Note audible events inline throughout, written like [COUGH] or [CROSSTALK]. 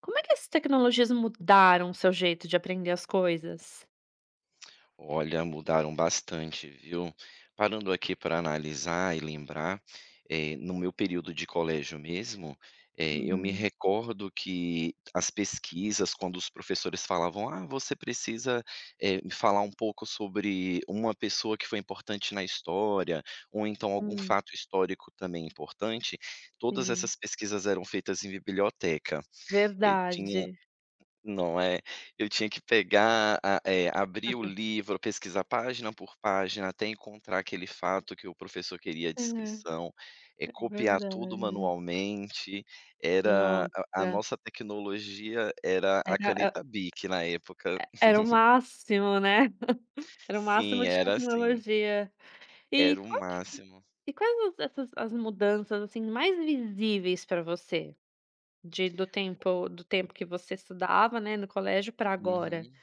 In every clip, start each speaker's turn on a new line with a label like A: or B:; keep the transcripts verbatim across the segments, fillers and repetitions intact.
A: Como é que essas tecnologias mudaram o seu jeito de aprender as coisas?
B: Olha, mudaram bastante, viu. Parando aqui para analisar e lembrar, eh, no meu período de colégio mesmo, eh, eu me
A: Uhum.
B: recordo que as pesquisas, quando os professores falavam: "Ah, você precisa, eh, me falar um pouco sobre uma pessoa que foi importante na história", ou então algum
A: Hum,
B: fato histórico também importante, todas
A: sim.
B: essas pesquisas eram feitas em biblioteca. Eu tinha,
A: Verdade.
B: não é? Eu tinha que pegar a eh, abrir o livro, pesquisar página por página, até encontrar aquele fato que o professor queria a
A: É,
B: descrição, é
A: é
B: copiar tudo
A: verdade.
B: manualmente. Era
A: Nossa,
B: a a nossa tecnologia era a
A: era é
B: caneta Bic na época.
A: era o máximo, né. [LAUGHS] Era o
B: Sim,
A: máximo de
B: era assim,
A: tecnologia. E
B: era o
A: qual que
B: máximo.
A: e quais as essas as mudanças, assim, mais visíveis para você, de do tempo do tempo que você estudava, né, no colégio para agora?
B: Uhum.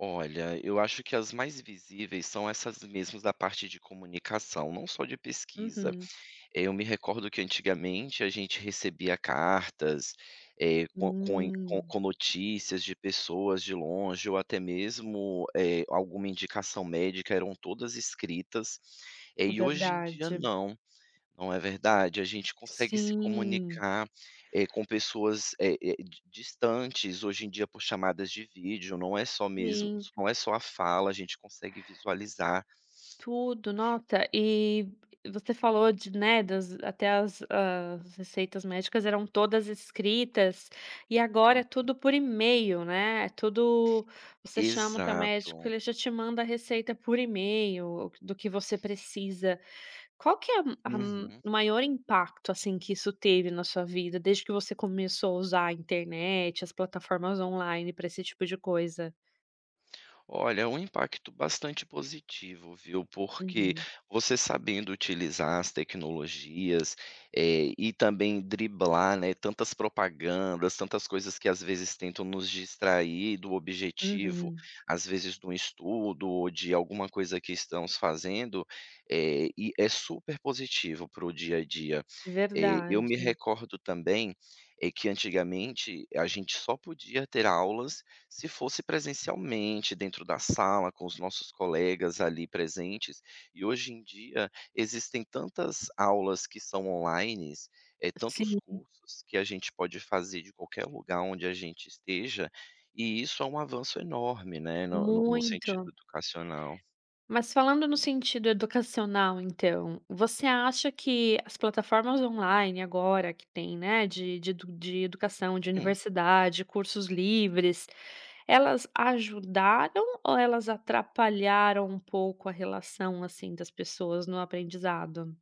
B: Olha, eu acho que as mais visíveis são essas mesmas da parte de comunicação, não só de pesquisa.
A: Uhum.
B: Eu me recordo que antigamente a gente recebia cartas, eh, com com in com
A: Hum.
B: com notícias de pessoas de longe ou até mesmo, eh, alguma indicação médica, eram todas escritas, eh, e hoje em dia
A: Verdade.
B: não, não é verdade? A gente consegue se
A: Sim.
B: comunicar, eh, com pessoas, eh eh, di distantes, hoje em dia por chamadas de vídeo, não é só mesmo,
A: Sim,
B: não é só a fala, a gente consegue visualizar.
A: tudo, nota. E você falou de, né, das até as as receitas médicas eram todas escritas, e agora
B: Hum,
A: é tudo por e-mail, né, é tudo, você chama o teu médico,
B: exato.
A: ele já te manda a receita por e-mail do que você precisa. Qual que é a a-
B: Uhum.
A: o maior impacto, assim, que isso teve na sua vida, desde que você começou a usar a internet, as plataformas online para esse tipo de coisa?
B: Olha, é um impacto bastante positivo, viu? Porque
A: Uhum,
B: você sabendo utilizar as tecnologias, eh, e também driblar, né, tantas propagandas, tantas coisas que às vezes tentam nos distrair do objetivo,
A: uhum.
B: às vezes do estudo ou de alguma coisa que estamos fazendo, eh, e é super positivo para o dia a dia. Eh, eu me
A: Verdade.
B: recordo também, eh, que antigamente a gente só podia ter aulas se fosse presencialmente, dentro da sala, com os nossos colegas ali presentes, e hoje em dia existem tantas aulas que são onlines, eh, tantos
A: Sim,
B: cursos que a gente pode fazer de qualquer lugar onde a gente esteja, e isso é um avanço enorme, né, no no no sentido
A: muito.
B: educacional.
A: Mas falando no sentido educacional então, você acha que as plataformas online agora que tem, né, de de edu de educação, de
B: Hum.
A: universidade, cursos livres, elas ajudaram ou elas atrapalharam um pouco a relação, assim, das pessoas no aprendizado?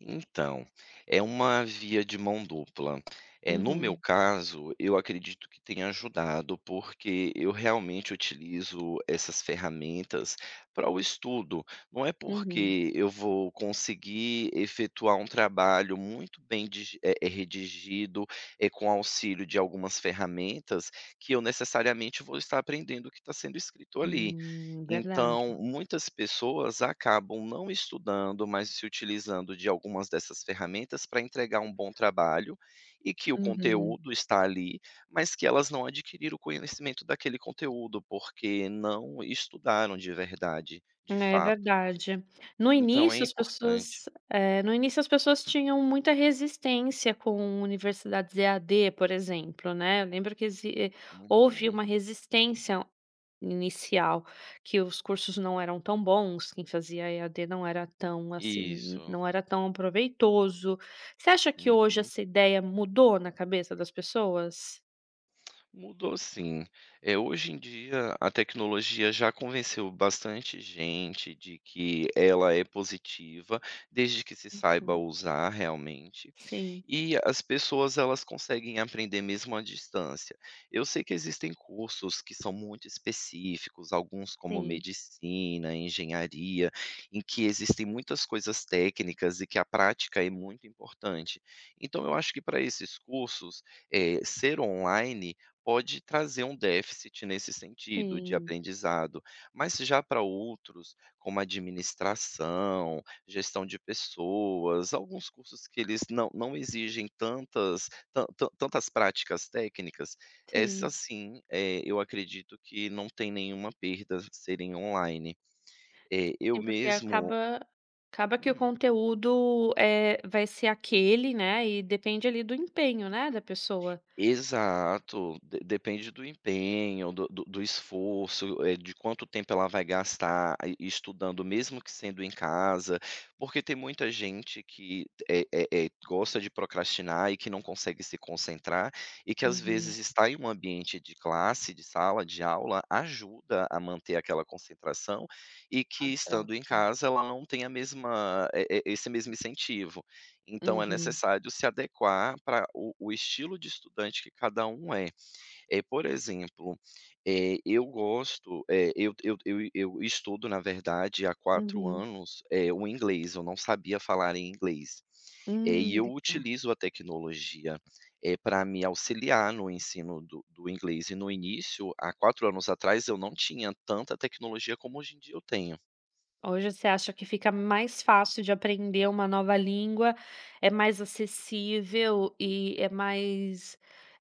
B: Então, é uma via de mão dupla. É no meu
A: Uhum,
B: caso, eu acredito que tenha ajudado, porque eu realmente utilizo essas ferramentas para o estudo. Não é
A: uhum.
B: porque eu vou conseguir efetuar um trabalho muito bem digi- eh, eh, redigido, eh, com auxílio de algumas ferramentas, que eu necessariamente vou estar aprendendo o que está sendo escrito ali.
A: Hum, verdade.
B: Então, muitas pessoas acabam não estudando, mas se utilizando de algumas dessas ferramentas para entregar um bom trabalho e que o
A: Uhum.
B: conteúdo está ali, mas que elas não adquiriram o conhecimento daquele conteúdo, porque não estudaram de verdade, de
A: É
B: fato.
A: verdade. No
B: Então é
A: início as
B: importante.
A: pessoas, eh, no início as pessoas tinham muita resistência com universidades E A D, por exemplo, né. Eu lembro que exi houve
B: Uhum.
A: uma resistência inicial, que os cursos não eram tão bons, quem fazia E A D não era tão, assim, n-
B: Isso.
A: não era tão proveitoso. Você acha que hoje
B: Uhum.
A: essa ideia mudou na cabeça das pessoas?
B: Mudou sim. É hoje em dia, a tecnologia já convenceu bastante gente de que ela é positiva, desde que se saiba
A: Hum,
B: usar realmente,
A: sim,
B: e as pessoas elas conseguem aprender mesmo à distância. Eu sei que existem cursos que são muito específicos, alguns como
A: sim,
B: medicina, engenharia, em que existem muitas coisas técnicas e que a prática é muito importante. Então eu acho que para esses cursos, eh, ser online pode trazer um déficit nesse sentido de
A: sim,
B: aprendizado, mas já para outros, como administração, gestão de pessoas, alguns cursos que eles não não exigem tantas tan tan tantas práticas técnicas, essa
A: sim.
B: sim, eh, eu acredito que não tem nenhuma perda serem online. Eh, eu
A: Sim, porque
B: mesmo.
A: acaba acaba que o
B: Hum.
A: conteúdo, é vai ser aquele, né, e depende ali do empenho, né, da pessoa.
B: Exato, de depende do empenho, do do do esforço, eh, de quanto tempo ela vai gastar e estudando, mesmo que sendo em casa, porque tem muita gente que, eh eh eh, gosta de procrastinar e que não consegue se concentrar, e que às
A: Uhum,
B: vezes estar em um ambiente de classe, de sala, de aula, ajuda a manter aquela concentração, e
A: a
B: que estando em
A: troca.
B: casa ela não tem a mesma eh eh, esse mesmo incentivo. Então é
A: Uhum,
B: necessário se adequar para o o estilo de estudante que cada um é. Eh, por exemplo, eh, eu gosto, eh, eu eu eu eu estudo, na verdade, há quatro
A: uhum.
B: anos, eh, o inglês, eu não sabia falar em inglês. Eh, e
A: Hum,
B: eu
A: legal.
B: utilizo a tecnologia, eh, para me auxiliar no ensino do do inglês e no início, há quatro anos atrás, eu não tinha tanta tecnologia como hoje em dia eu tenho.
A: Hoje você acha que fica mais fácil de aprender uma nova língua, é mais acessível e é mais,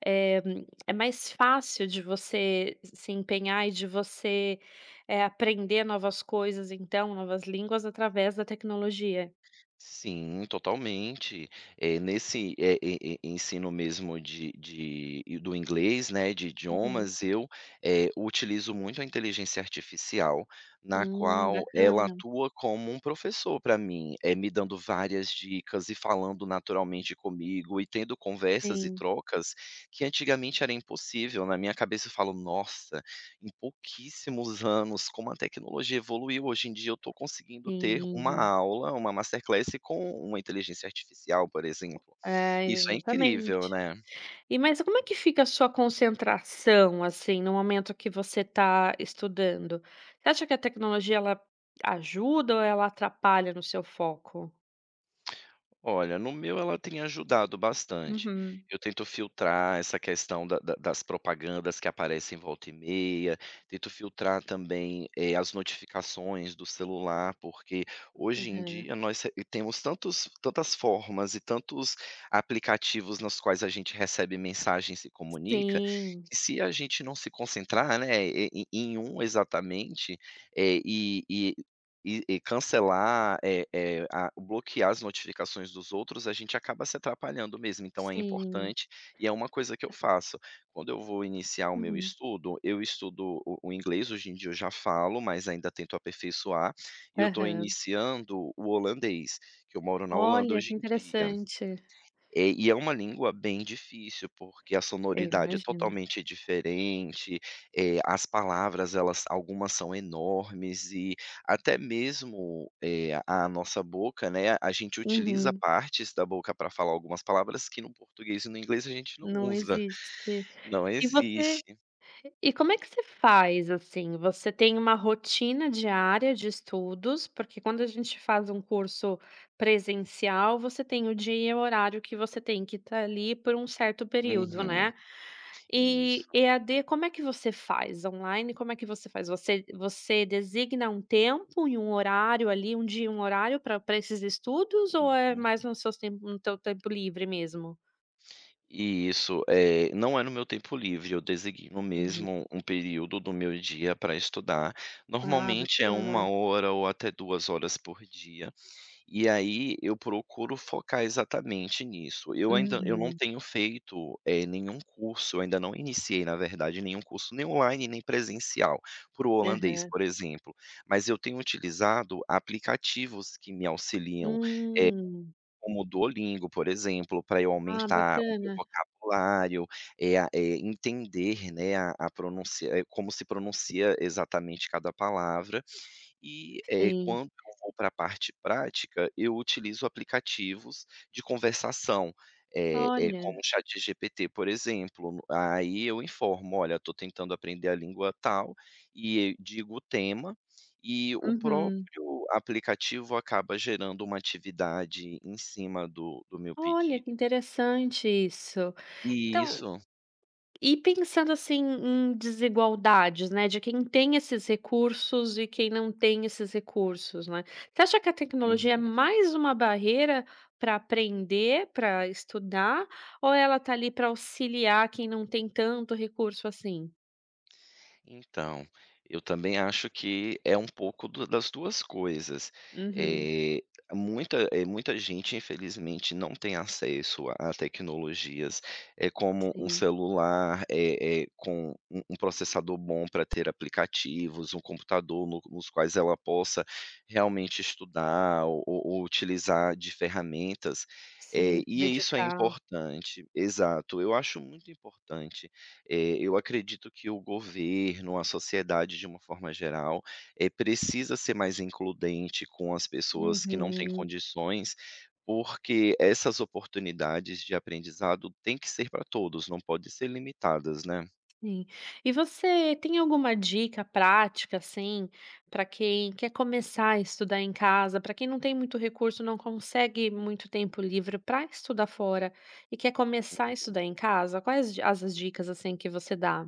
A: eh, é mais fácil de você se empenhar e de você, eh, aprender novas coisas então, novas línguas através da tecnologia?
B: Sim, totalmente. Eh, nesse, eh, e e ensino mesmo de de e do inglês, né, de
A: Uhum.
B: idiomas, eu, eh, utilizo muito a inteligência artificial, na
A: Hum,
B: qual ela
A: bacana.
B: atua como um professor para mim, é me dando várias dicas e falando naturalmente comigo e tendo conversas e
A: Sim,
B: trocas que antigamente era impossível. Na minha cabeça eu falo: "Nossa, em pouquíssimos anos, como a tecnologia evoluiu, hoje em dia eu estou conseguindo ter uma
A: sim.
B: aula, uma masterclass com uma inteligência artificial, por exemplo.
A: É,
B: Isso é incrível,
A: exatamente.
B: né?"
A: E mas como é que fica a sua concentração, assim, no momento que você está estudando? Você acha que a tecnologia ela ajuda ou ela atrapalha no seu foco?
B: Olha, no meu ela tem ajudado bastante.
A: Uhum.
B: Eu tento filtrar essa questão da da das propagandas que aparecem volta e meia, tento filtrar também, eh, as notificações do celular, porque hoje em
A: Aham.
B: dia nós re temos tantos tantas formas e tantos aplicativos nos quais a gente recebe mensagem e se comunica,
A: Sim,
B: que se a gente não se concentrar, né, e em um exatamente, eh, e e e cancelar, eh eh, a bloquear as notificações dos outros, a gente acaba se atrapalhando mesmo, então é
A: sim.
B: importante e é uma coisa que eu faço. Quando eu vou iniciar o meu
A: Uhum.
B: estudo, eu estudo o o inglês, hoje em dia eu já falo, mas ainda tento aperfeiçoar, e eu estou
A: Aham.
B: iniciando o holandês, que eu moro na Holanda
A: Olha,
B: hoje
A: que
B: em dia.
A: interessante.
B: Eh, e é uma língua bem difícil, porque a
A: Eu
B: sonoridade é
A: imagino.
B: totalmente diferente, eh, as palavras elas algumas são enormes e até mesmo, eh, a nossa boca, né, a gente utiliza
A: Uhum.
B: partes da boca para falar algumas palavras que no português e no inglês a gente não
A: Não
B: usa,
A: existe.
B: não
A: E você
B: existe.
A: E como é que você faz, assim? Você tem uma rotina diária de estudos? Porque quando a gente faz um curso presencial, você tem o dia e o horário que você tem que estar ali por um certo período,
B: Uhum,
A: né?
B: isso.
A: E EAD, como é que você faz? Online, como é que você faz? Você, você designa um tempo e um horário ali, um dia e um horário para esses estudos, ou é
B: Uhum.
A: mais no seu tempo, no teu tempo livre mesmo?
B: E isso, eh, não é no meu tempo livre, eu designo mesmo um período do meu dia para estudar.
A: Ah,
B: Normalmente é uma
A: bacana.
B: hora ou até duas horas por dia, e aí eu procuro focar exatamente nisso. Eu ainda eu não
A: Uhum.
B: tenho feito, eh, nenhum curso, eu ainda não iniciei, na verdade, nenhum curso, nem online, nem presencial, para o holandês,
A: Aham.
B: por exemplo, mas eu tenho utilizado aplicativos que me auxiliam
A: Hum.
B: como o Duolingo, por exemplo, para eu
A: Ah,
B: aumentar o meu
A: bacana.
B: vocabulário, é a eh, entender, né, a a pronúncia eh, como se pronuncia exatamente cada palavra, e, eh,
A: Sim.
B: quando eu vou para a parte prática, eu utilizo aplicativos de conversação, eh eh, como o
A: Olha.
B: ChatGPT, por exemplo. Aí eu informo: "Olha, estou tentando aprender a língua tal", e eu digo o tema, e o
A: Uhum.
B: próprio aplicativo acaba gerando uma atividade em cima do do meu
A: Olha,
B: pedido.
A: que interessante isso.
B: E
A: Então,
B: isso.
A: e pensando assim em desigualdades, né, de quem tem esses recursos e quem não tem esses recursos, né. Você acha que a tecnologia é mais uma barreira para aprender, para estudar, ou ela tá ali para auxiliar quem não tem tanto recurso assim?
B: Então, eu também acho que é um pouco do das duas coisas.
A: Uhum,
B: Eh, muita eh, Muita gente, infelizmente, não tem acesso a a tecnologias, eh, como um
A: sim,
B: celular, eh eh, com um um processador bom para ter aplicativos, um computador no nos quais ela possa realmente estudar ou ou ou utilizar de ferramentas, eh,
A: sim, se
B: e isso é
A: dedicar.
B: importante. Exato, eu acho muito importante eh, Eu acredito que o governo, a sociedade de uma forma geral, eh, precisa ser mais includente com as pessoas que não têm
A: Uhum.
B: condições, porque essas oportunidades de aprendizado têm que ser para todos, não pode ser limitadas, né?
A: Sim. E você tem alguma dica prática, assim, para quem quer começar a estudar em casa, para quem não tem muito recurso, não consegue muito tempo livre para estudar fora e quer começar a estudar em casa? Quais di- as as dicas, assim, que você dá?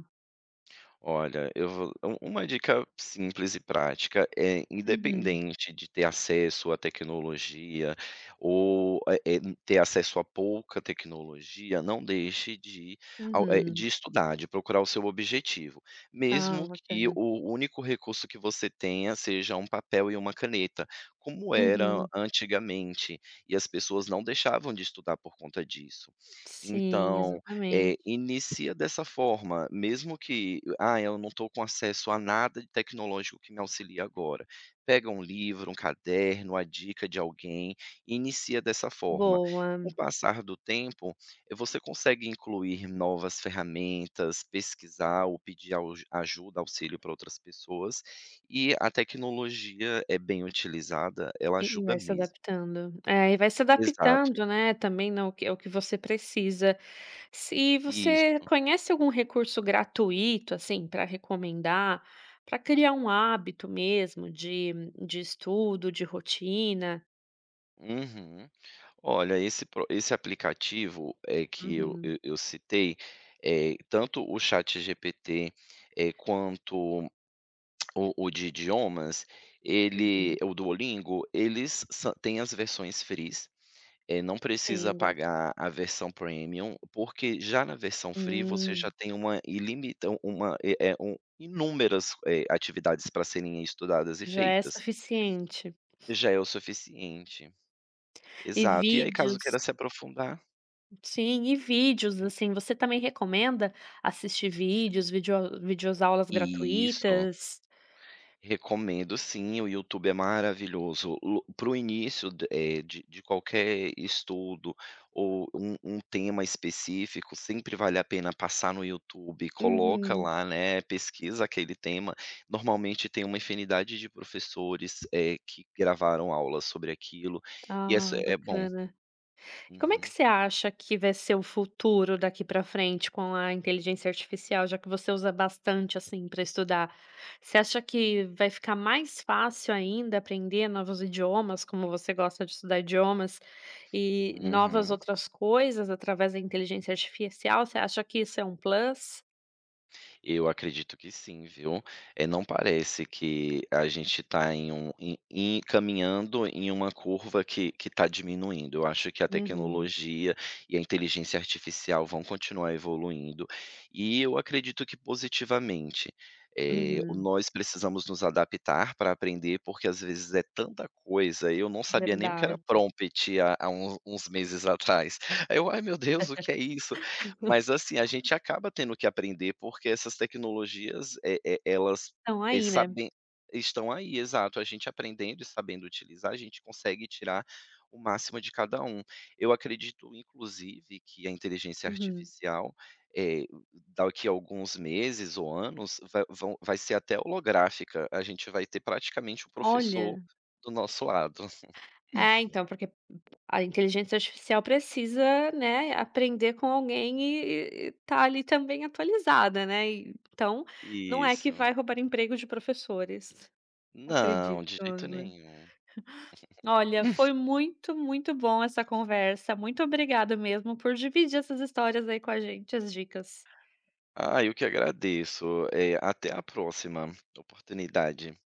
B: Olha, eu vou u uma dica simples e prática é,
A: Uhum,
B: independente de ter acesso à tecnologia ou, eh eh, ter acesso a pouca tecnologia, não deixe de ao eh, de
A: uhum.
B: estudar, de procurar o seu objetivo,
A: Ah,
B: mesmo que
A: bacana.
B: o único recurso que você tenha seja um papel e uma caneta, como era
A: Uhum.
B: antigamente, e as pessoas não deixavam de estudar por conta disso.
A: Sim,
B: Então, eh,
A: exatamente.
B: inicia dessa forma, mesmo que: "Ah, eu não estou com acesso a nada de tecnológico que me auxilie agora". Pega um livro, um caderno, a dica de alguém, e inicia dessa forma. Com o
A: Boa.
B: passar do tempo, eh, você consegue incluir novas ferramentas, pesquisar ou pedir auj ajuda, auxílio para outras pessoas, e a tecnologia é bem utilizada, ela
A: E e
B: ajuda
A: vai se
B: mesmo.
A: adaptando. É, e vai se
B: Exato,
A: adaptando, né, também no que ao que você precisa. Se você
B: isso.
A: conhece algum recurso gratuito, assim, para recomendar, para criar um hábito mesmo de de estudo, de rotina?
B: Uhum. Olha, esse pro esse aplicativo, é que eu
A: Uhum,
B: eu eu citei, eh, tanto o ChatGPT, eh, quanto o o de idiomas, ele
A: uhum.
B: o Duolingo, eles sã têm as versões frees, eh, não precisa
A: Sim, gratu
B: pagar a versão premium, porque já na versão free você já
A: hum,
B: tem uma ilimita uma eh eh, um inúmeras, eh, atividades para serem estudadas e
A: já é
B: feitas,
A: suficiente.
B: já é o suficiente.
A: E
B: Exato. E aí caso
A: vídeos
B: queira se aprofundar.
A: sim, e vídeos, assim, você também recomenda assistir vídeos, vídeo videoaulas
B: Isso,
A: gratuitas?
B: recomendo sim, o YouTube é maravilhoso para o início d eh, de de qualquer estudo ou um um tema específico, sempre vale a pena passar no YouTube, coloca
A: Uhum.
B: lá, né, pesquisa aquele tema. Normalmente tem uma infinidade de professores, eh, que gravaram aulas sobre aquilo, e essa
A: Ah,
B: é bom.
A: bacana. E como é que
B: Uhum,
A: você acha que vai ser o futuro daqui para frente com a inteligência artificial, já que você usa bastante, assim, para estudar? Você acha que vai ficar mais fácil ainda aprender novos idiomas, como você gosta de estudar idiomas, e novas
B: uhum.
A: outras coisas através da inteligência artificial? Você acha que isso é um plus?
B: Eu acredito que sim, viu. É não parece que a gente está em um em em caminhando em uma curva que que tá diminuindo. Eu acho que a
A: Uhum,
B: tecnologia e a inteligência artificial vão continuar evoluindo, e eu acredito que positivamente. Eh,
A: uhum,
B: nós precisamos nos adaptar para aprender, porque às vezes é tanta coisa, eu não sabia nem o que era
A: verdade.
B: prompt há há uns uns meses atrás. Aí eu: "Ai meu Deus, o que é isso?"
A: [LAUGHS]
B: Mas assim, a gente acaba tendo que aprender, porque essas tecnologias, eh eh, elas,
A: Estão
B: eh,
A: aí, né?
B: sabem estão aí, exato. A gente aprendendo e sabendo utilizar, a gente consegue tirar o máximo de cada um. Eu acredito, inclusive, que a inteligência
A: Uhum.
B: artificial, eh, daqui a alguns meses ou anos, va vão vai ser até holográfica, a gente vai ter praticamente o professor
A: Olha.
B: do nosso lado.
A: É, então, porque a inteligência artificial precisa, né, aprender com alguém e estar tá ali também atualizada, né. E então, não é que
B: Isso.
A: vai roubar emprego de professores,
B: Não,
A: acredito,
B: de jeito
A: né.
B: nenhum.
A: Olha, foi muito, muito bom essa conversa. Muito obrigada mesmo por dividir essas histórias aí com a gente, as dicas.
B: Ah, eu que agradeço. Eh, até a próxima oportunidade.